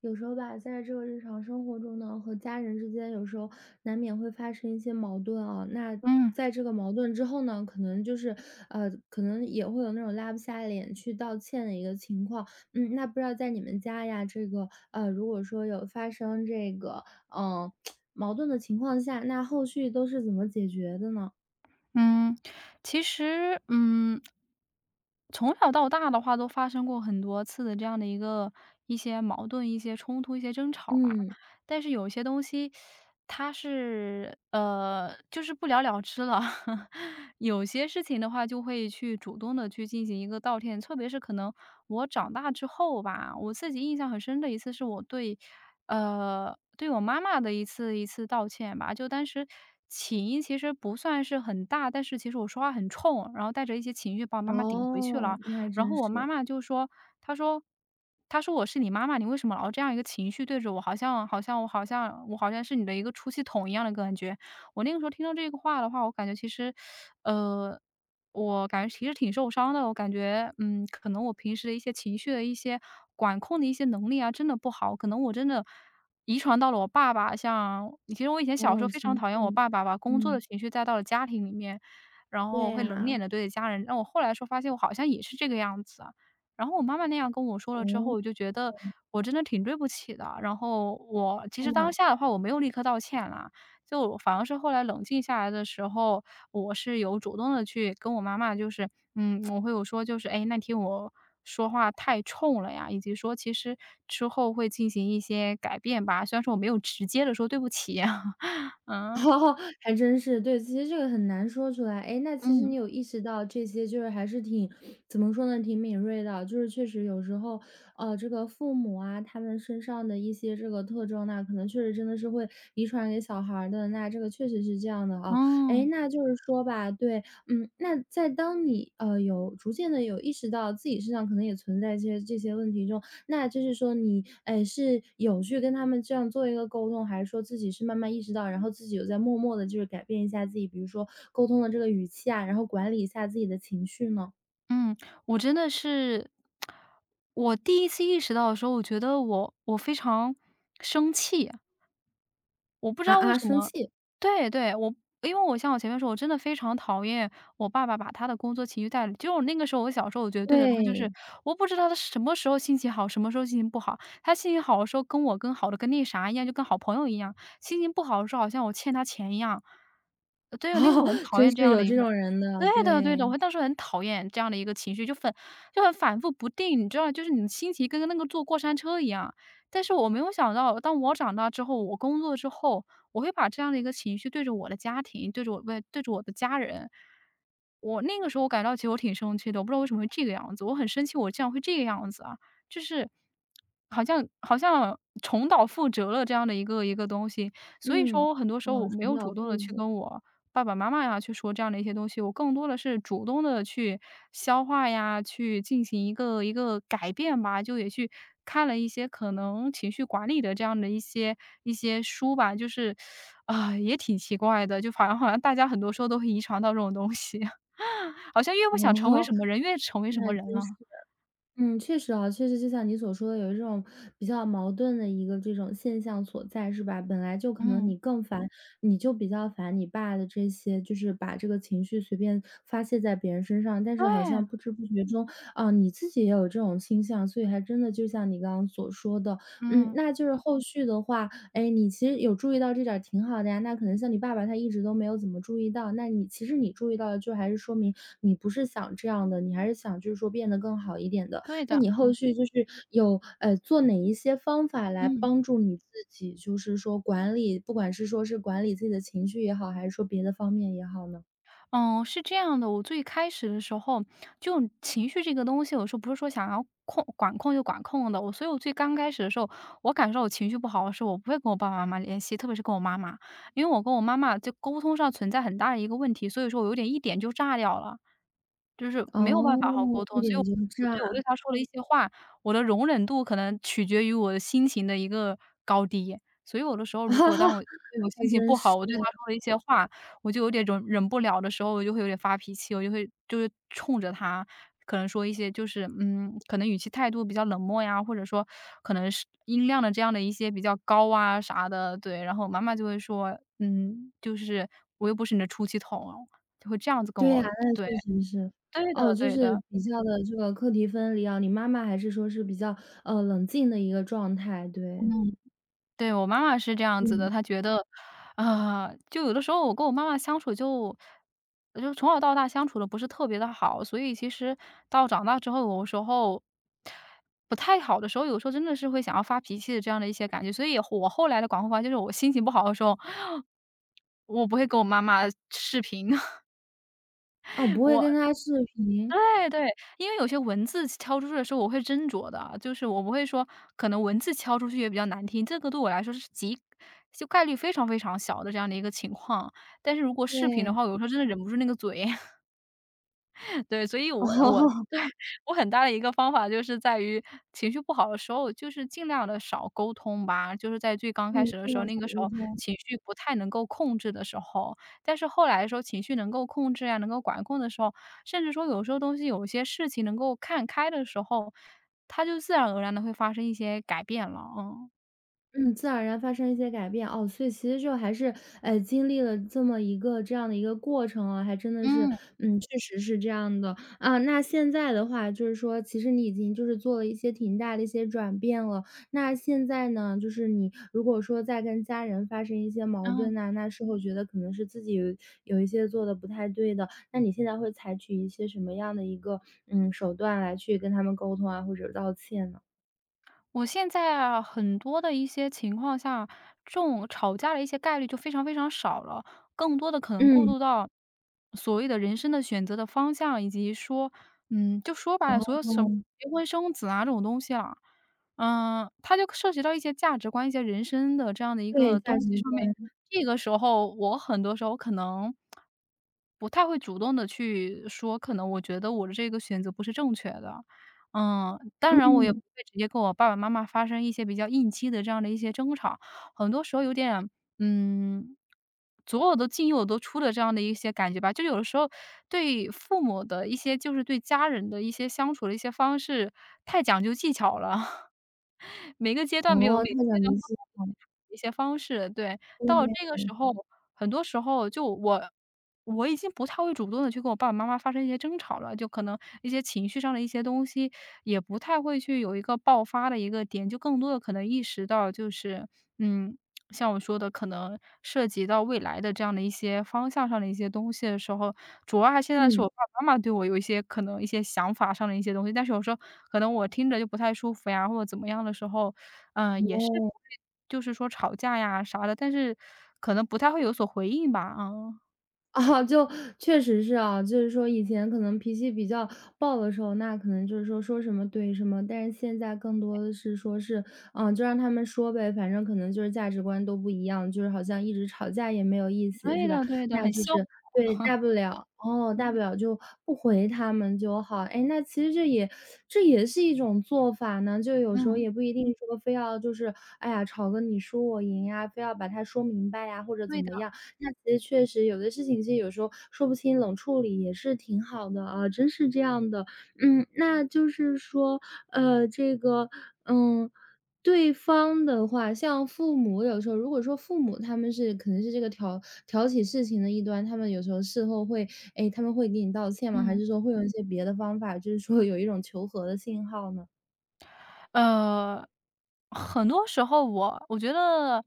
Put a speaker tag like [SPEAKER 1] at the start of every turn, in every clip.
[SPEAKER 1] 有时候吧，在这个日常生活中呢，和家人之间有时候难免会发生一些矛盾啊。那
[SPEAKER 2] 嗯
[SPEAKER 1] 在这个矛盾之后呢，可能就是，可能也会有那种拉不下脸去道歉的一个情况。嗯，那不知道在你们家呀，这个，如果说有发生这个，嗯、呃矛盾的情况下，那后续都是怎么解决的呢？
[SPEAKER 2] 嗯，其实，从小到大的话，都发生过很多次的这样的一些矛盾、一些冲突、一些争吵吧。
[SPEAKER 1] 嗯，
[SPEAKER 2] 但是有一些东西，就是不了了之了。有些事情的话，就会去主动的去进行一个道歉，特别是可能我长大之后吧，我自己印象很深的一次是对我妈妈的一次道歉吧。就当时起因其实不算是很大，但是其实我说话很冲，然后带着一些情绪把我妈妈顶回去
[SPEAKER 1] 哦，
[SPEAKER 2] 了。
[SPEAKER 1] 那还
[SPEAKER 2] 然后
[SPEAKER 1] 真
[SPEAKER 2] 我妈
[SPEAKER 1] 是，
[SPEAKER 2] 妈就说，她说她说：“我是你妈妈，你为什么老这样一个情绪对着我？好像好像我好像我好像是你的一个出气筒一样的感觉。”我那个时候听到这个话的话，我感觉其实，呃，我感觉其实挺受伤的。我感觉，可能我平时的一些情绪的一些管控的一些能力啊，真的不好。可能我真的遗传到了我爸爸，像其实我以前小时候
[SPEAKER 1] 哦，
[SPEAKER 2] 非常
[SPEAKER 1] 情
[SPEAKER 2] 讨厌我
[SPEAKER 1] 绪，
[SPEAKER 2] 爸爸，把工作的
[SPEAKER 1] 嗯，
[SPEAKER 2] 情绪带到了家庭里面。然
[SPEAKER 1] 对
[SPEAKER 2] 后会冷脸
[SPEAKER 1] 呀、
[SPEAKER 2] 的对着家人。那我后来说发现我好像也是这个样子啊，然后我妈妈那样跟我说了之后，
[SPEAKER 1] 哦，
[SPEAKER 2] 我就觉得我真的挺对不起的。然后我其实当
[SPEAKER 1] 嗯。
[SPEAKER 2] 下的话我没有立刻道歉啦，就我反而是后来冷静下来的时候，我是有主动的去跟我妈妈就是，我会有说就是：“哎，那天我说话太冲了呀。”以及说其实之后会进行一些改变吧，虽然说我没有直接的说对不起啊，嗯，
[SPEAKER 1] 哈，还真是。对，其实这个很难说出来。哎，那其实你
[SPEAKER 2] 嗯，
[SPEAKER 1] 有意识到这些就是还是挺怎么说呢，挺敏锐的。就是确实有时候，这个父母啊，他们身上的一些这个特征呢，可能确实真的是会遗传给小孩儿的，那这个确实是这样的啊。哎，
[SPEAKER 2] 嗯
[SPEAKER 1] 那就是说吧，对，嗯，那在当你，有逐渐的有意识到自己身上可能也存在这些问题中，那就是说你，哎，是有去跟他们这样做一个沟通，还是说自己是慢慢意识到，然后自己有在默默的，就是改变一下自己，比如说沟通的这个语气啊，然后管理一下自己的情绪呢？
[SPEAKER 2] 嗯，我真的是，我第一次意识到的时候，我觉得我非常生气。我不知
[SPEAKER 1] 啊
[SPEAKER 2] 道为
[SPEAKER 1] 啊，
[SPEAKER 2] 什
[SPEAKER 1] 生
[SPEAKER 2] 么
[SPEAKER 1] 气，
[SPEAKER 2] 对对，我因为像我前面说，我真的非常讨厌我爸爸把他的工作情绪带入就我那个时候，我小时候我觉得对着他就是，
[SPEAKER 1] 对，
[SPEAKER 2] 我不知道他什么时候心情好，什么时候心情不好。他心情好的时候跟我跟好的跟那啥一样，就跟好朋友一样；心情不好的时候好像我欠他钱一样。对，我那个时
[SPEAKER 1] 哦，
[SPEAKER 2] 候很讨
[SPEAKER 1] 真
[SPEAKER 2] 厌这
[SPEAKER 1] 是
[SPEAKER 2] 样的
[SPEAKER 1] 有
[SPEAKER 2] 一
[SPEAKER 1] 这
[SPEAKER 2] 个
[SPEAKER 1] 种人的，
[SPEAKER 2] 对的对的，
[SPEAKER 1] 对，
[SPEAKER 2] 我当时很讨厌这样的一个情绪，就很反复不定，你知道，就是你的心情跟那个坐过山车一样。但是我没有想到，当我长大之后，我工作之后，我会把这样的一个情绪对着我的家庭，对着我不对着我的家人。我那个时候我感到其实我挺生气的，我不知道为什么会这个样子，我很生气，我竟然会这个样子啊，就是好像重蹈覆辙了这样的一个东西。所以说，
[SPEAKER 1] 嗯，
[SPEAKER 2] 我很多时候我
[SPEAKER 1] 哦，
[SPEAKER 2] 没
[SPEAKER 1] 重
[SPEAKER 2] 有
[SPEAKER 1] 蹈
[SPEAKER 2] 主动的
[SPEAKER 1] 覆
[SPEAKER 2] 去
[SPEAKER 1] 子，
[SPEAKER 2] 跟我爸爸妈妈呀去说这样的一些东西，我更多的是主动的去消化呀，去进行一个改变吧。就也去看了一些可能情绪管理的这样的一些书吧，就是，啊，也挺奇怪的，就好像大家很多时候都会遗传到这种东西，好像越不想成为
[SPEAKER 1] 哦，
[SPEAKER 2] 什么人，越成为什
[SPEAKER 1] 那还
[SPEAKER 2] 么人
[SPEAKER 1] 真
[SPEAKER 2] 了。
[SPEAKER 1] 是。嗯，确实啊，确实就像你所说的，有一种比较矛盾的一个这种现象所在，是吧？本来就可能
[SPEAKER 2] 嗯。
[SPEAKER 1] 你更烦，嗯你就比较烦你爸的这些，就是把这个情绪随便发泄在别人身上，但
[SPEAKER 2] 对，
[SPEAKER 1] 是好像不知不觉中啊、你自己也有这种倾向，所以还真的就像你刚刚所说的，嗯，
[SPEAKER 2] 嗯，
[SPEAKER 1] 那就是后续的话，哎，你其实有注意到这点儿挺好的呀。那可能像你爸爸他一直都没有怎么注意到，那你其实你注意到了，就还是说明你不是想这样的，你还是想就是说变得更好一点的。
[SPEAKER 2] 对
[SPEAKER 1] 那
[SPEAKER 2] 的。
[SPEAKER 1] 你后续就是有，做哪一些方法来
[SPEAKER 2] 嗯。
[SPEAKER 1] 帮助你自己，就是说管理不管是说是管理自己的情绪也好，还是说别的方面也好呢？
[SPEAKER 2] 嗯，是这样的，我最开始的时候，就情绪这个东西，我说不是说想要管控就管控的。我所以我最刚开始的时候，我感受我情绪不好的时候，我不会跟我爸爸妈妈联系，特别是跟我妈妈，因为我跟我妈妈就沟通上存在很大的一个问题，所以说我有点一点就炸掉了，就是没有办
[SPEAKER 1] 哦，
[SPEAKER 2] 法好好沟
[SPEAKER 1] 一
[SPEAKER 2] 通。所以
[SPEAKER 1] 点
[SPEAKER 2] 我，
[SPEAKER 1] 就炸，
[SPEAKER 2] 我 对她说了一些话，我的容忍度可能取决于我的心情的一个高低。所以有的时候，如
[SPEAKER 1] 哈
[SPEAKER 2] 果
[SPEAKER 1] 哈
[SPEAKER 2] 当我对我
[SPEAKER 1] 还
[SPEAKER 2] 心情
[SPEAKER 1] 真
[SPEAKER 2] 不好，
[SPEAKER 1] 是。
[SPEAKER 2] 我对她说了一些话，我就有点忍不了的时候，我就会有点发脾气，我就会就是冲着他，可能说一些就是，可能语气态度比较冷漠呀，或者说可能是音量的这样的一些比较高啊啥的，对。然后我妈妈就会说：“嗯，就是我又不是你的出气筒。”就会这样子跟
[SPEAKER 1] 对呀，
[SPEAKER 2] 我
[SPEAKER 1] 那
[SPEAKER 2] 对，
[SPEAKER 1] 确实是。
[SPEAKER 2] 对
[SPEAKER 1] 哦，
[SPEAKER 2] 的
[SPEAKER 1] 就
[SPEAKER 2] 对
[SPEAKER 1] 是
[SPEAKER 2] 的，
[SPEAKER 1] 比较的这个课题分离啊，你妈妈还是说是比较，冷静的一个状态，对。
[SPEAKER 2] 嗯。对，我妈妈是这样子的，
[SPEAKER 1] 嗯，
[SPEAKER 2] 她觉得，啊，就有的时候我跟我妈妈相处就从小到大相处的不是特别的好，所以其实到长大之后，有时候不太好的时候，有时候真的是会想要发脾气的这样的一些感觉。所以我后来的管控法就是我心情不好的时候，我不会跟我妈妈视频，
[SPEAKER 1] 哦，不会
[SPEAKER 2] 我
[SPEAKER 1] 跟他视频，
[SPEAKER 2] 对对，因为有些文字敲出去的时候，我会斟酌的啊，就是我不会说，可能文字敲出去也比较难听，这个对我来说是就概率非常非常小的这样的一个情况。但是如果视频的
[SPEAKER 1] 对，
[SPEAKER 2] 话，有时候真的忍不住那个嘴。对，所以 我我
[SPEAKER 1] 哦，
[SPEAKER 2] 对，我很大的一个方法就是在于情绪不好的时候，就是尽量的少沟通吧，就是在最刚开
[SPEAKER 1] 嗯，
[SPEAKER 2] 始的
[SPEAKER 1] 尽
[SPEAKER 2] 时候，
[SPEAKER 1] 量
[SPEAKER 2] 那
[SPEAKER 1] 少
[SPEAKER 2] 个时
[SPEAKER 1] 沟
[SPEAKER 2] 候
[SPEAKER 1] 通。
[SPEAKER 2] 情绪不太能够控制的时候。但是后来的时候，情绪能够控制呀，能够管控的时候，甚至说有时候有些事情能够看开的时候，它就自然而然的会发生一些改变了，嗯。
[SPEAKER 1] 嗯，自然而然发生一些改变，哦，所以其实就还是，哎，经历了这么一个这样的一个过程啊，还真的是，
[SPEAKER 2] 嗯，
[SPEAKER 1] 嗯，确实是这样的。啊，那现在的话就是说，其实你已经就是做了一些挺大的一些转变了。那现在呢，就是你如果说在跟家人发生一些矛
[SPEAKER 2] 嗯。
[SPEAKER 1] 盾呐，那事后觉得可能是自己有一些做的不太对的，那你现在会采取一些什么样的一个，嗯，手段来去跟他们沟通啊，或者道歉呢？
[SPEAKER 2] 我现在啊，很多的一些情况下，这种吵架的一些概率就非常非常少了，更多的可能过
[SPEAKER 1] 嗯，
[SPEAKER 2] 渡到所谓的人生的选择的方向，以及说，嗯，就说白了，所有什
[SPEAKER 1] 哦，
[SPEAKER 2] 么结婚生子啊这种东西啊，嗯，它就涉及到一些价值观、一些人生的这样的一
[SPEAKER 1] 对，
[SPEAKER 2] 个东
[SPEAKER 1] 价值
[SPEAKER 2] 西上面。这个时候，我很多时候可能不太会主动的去说，可能我觉得我的这个选择不是正确的。嗯，当然我也不
[SPEAKER 1] 嗯，
[SPEAKER 2] 会直接跟我爸爸妈妈发生一些比较应激的这样的一些争吵，很多时候有点，嗯，左耳朵进右耳朵出的这样的一些感觉吧。就有的时候对父母的一些就是对家人的一些相处的一些方式，太讲究技巧了，
[SPEAKER 1] 哦，
[SPEAKER 2] 每个
[SPEAKER 1] 他
[SPEAKER 2] 阶
[SPEAKER 1] 讲
[SPEAKER 2] 段
[SPEAKER 1] 的
[SPEAKER 2] 不同
[SPEAKER 1] 是好，
[SPEAKER 2] 的一些方式，对，到了
[SPEAKER 1] 对
[SPEAKER 2] 这个时候很多时候就我已经不太会主动的去跟我爸爸妈妈发生一些争吵了，就可能一些情绪上的一些东西，也不太会去有一个爆发的一个点，就更多的可能意识到就是，嗯，像我说的，可能涉及到未来的这样的一些方向上的一些东西的时候，主要还现在是
[SPEAKER 1] 嗯，
[SPEAKER 2] 我爸爸妈妈对我有一些可能一些想法上的一些东西，但是有时候可能我听着就不太舒服呀，或者怎么样的时候，嗯，也是
[SPEAKER 1] 哦。
[SPEAKER 2] 不会就是说吵架呀啥的，但是可能不太会有所回应吧，嗯。
[SPEAKER 1] 啊，就确实是啊，就是说以前可能脾气比较暴的时候，那可能就是说说什么怼什么，但是现在更多的是说是，嗯，就让他们说呗，反正可能就是价值观都不一样，就是好像一直吵架也没有意思，
[SPEAKER 2] 对
[SPEAKER 1] 是吧？
[SPEAKER 2] 的对的，
[SPEAKER 1] 那
[SPEAKER 2] 很
[SPEAKER 1] 就
[SPEAKER 2] 消
[SPEAKER 1] 是对，大不了哦，大不
[SPEAKER 2] 嗯，
[SPEAKER 1] 了就不回他们就好。哎，那其实这也是一种做法呢，就有时候
[SPEAKER 2] 嗯，
[SPEAKER 1] 也不一定说非要就是，哎呀，吵个你输我赢呀，非要把它说明白呀，或者怎
[SPEAKER 2] 对的，
[SPEAKER 1] 么样。那其实确实有的事情，其实有时候说不清，冷处理也是挺好的啊，真是这样的。嗯，那就是说，这个，嗯，对方的话，像父母有时候，如果说父母他们是可能是这个挑起事情的一端，他们有时候事后会，哎，他们会给你道歉吗？还
[SPEAKER 2] 嗯。
[SPEAKER 1] 是说会用一些别的方法，就是说有一种求和的信号呢？
[SPEAKER 2] 呃很多时候我觉得，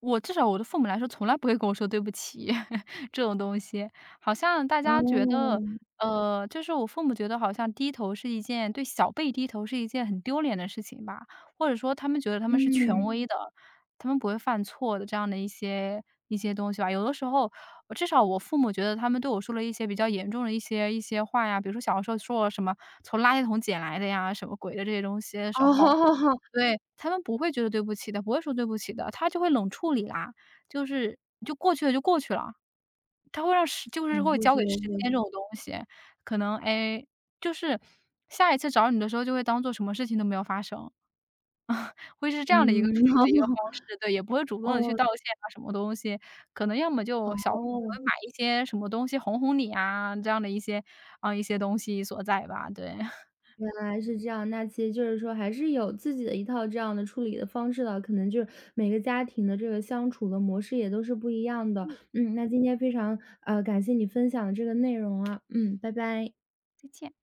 [SPEAKER 2] 我至少我的父母来说，从来不会跟我说对不起 这种东西。好像大家觉得，
[SPEAKER 1] 哦，
[SPEAKER 2] 就是我父母觉得好像低头是一件对小辈低头是一件很丢脸的事情吧，或者说他们觉得他们是权嗯
[SPEAKER 1] 嗯，
[SPEAKER 2] 威的，他们不会犯错的这样的一些东西吧。有的时候，至少我父母觉得他们对我说了一些比较严重的一些话呀，比如说小时候说我什么从垃圾桶捡来的呀，什么鬼的这些东西的时候。
[SPEAKER 1] 哦，
[SPEAKER 2] 对，他们不会觉得对不起的，不会说对不起的，他就会冷处理啦，就是就过去了。他会让时就是
[SPEAKER 1] 好
[SPEAKER 2] 会
[SPEAKER 1] 过
[SPEAKER 2] 交
[SPEAKER 1] 去
[SPEAKER 2] 给
[SPEAKER 1] 的
[SPEAKER 2] 时
[SPEAKER 1] 过
[SPEAKER 2] 间这
[SPEAKER 1] 去，
[SPEAKER 2] 种东西，可能，哎，就是下一次找你的时候就会当做什么事情都没有发生，会是这样的一个处
[SPEAKER 1] 嗯，
[SPEAKER 2] 理
[SPEAKER 1] 好
[SPEAKER 2] 的一个方式，对，也不会主
[SPEAKER 1] 好，
[SPEAKER 2] 动的去
[SPEAKER 1] 哦，
[SPEAKER 2] 道歉啊什么东西，可能要么就会
[SPEAKER 1] 哦。
[SPEAKER 2] 买一些什么东西哄哄你啊，这样的一些啊，一些东西所在吧，对，
[SPEAKER 1] 原来是这样，那其实就是说还是有自己的一套这样的处理的方式的，可能就是每个家庭的这个相处的模式也都是不一样的。嗯，那今天非常感谢你分享的这个内容啊，嗯，拜拜。
[SPEAKER 2] 再见。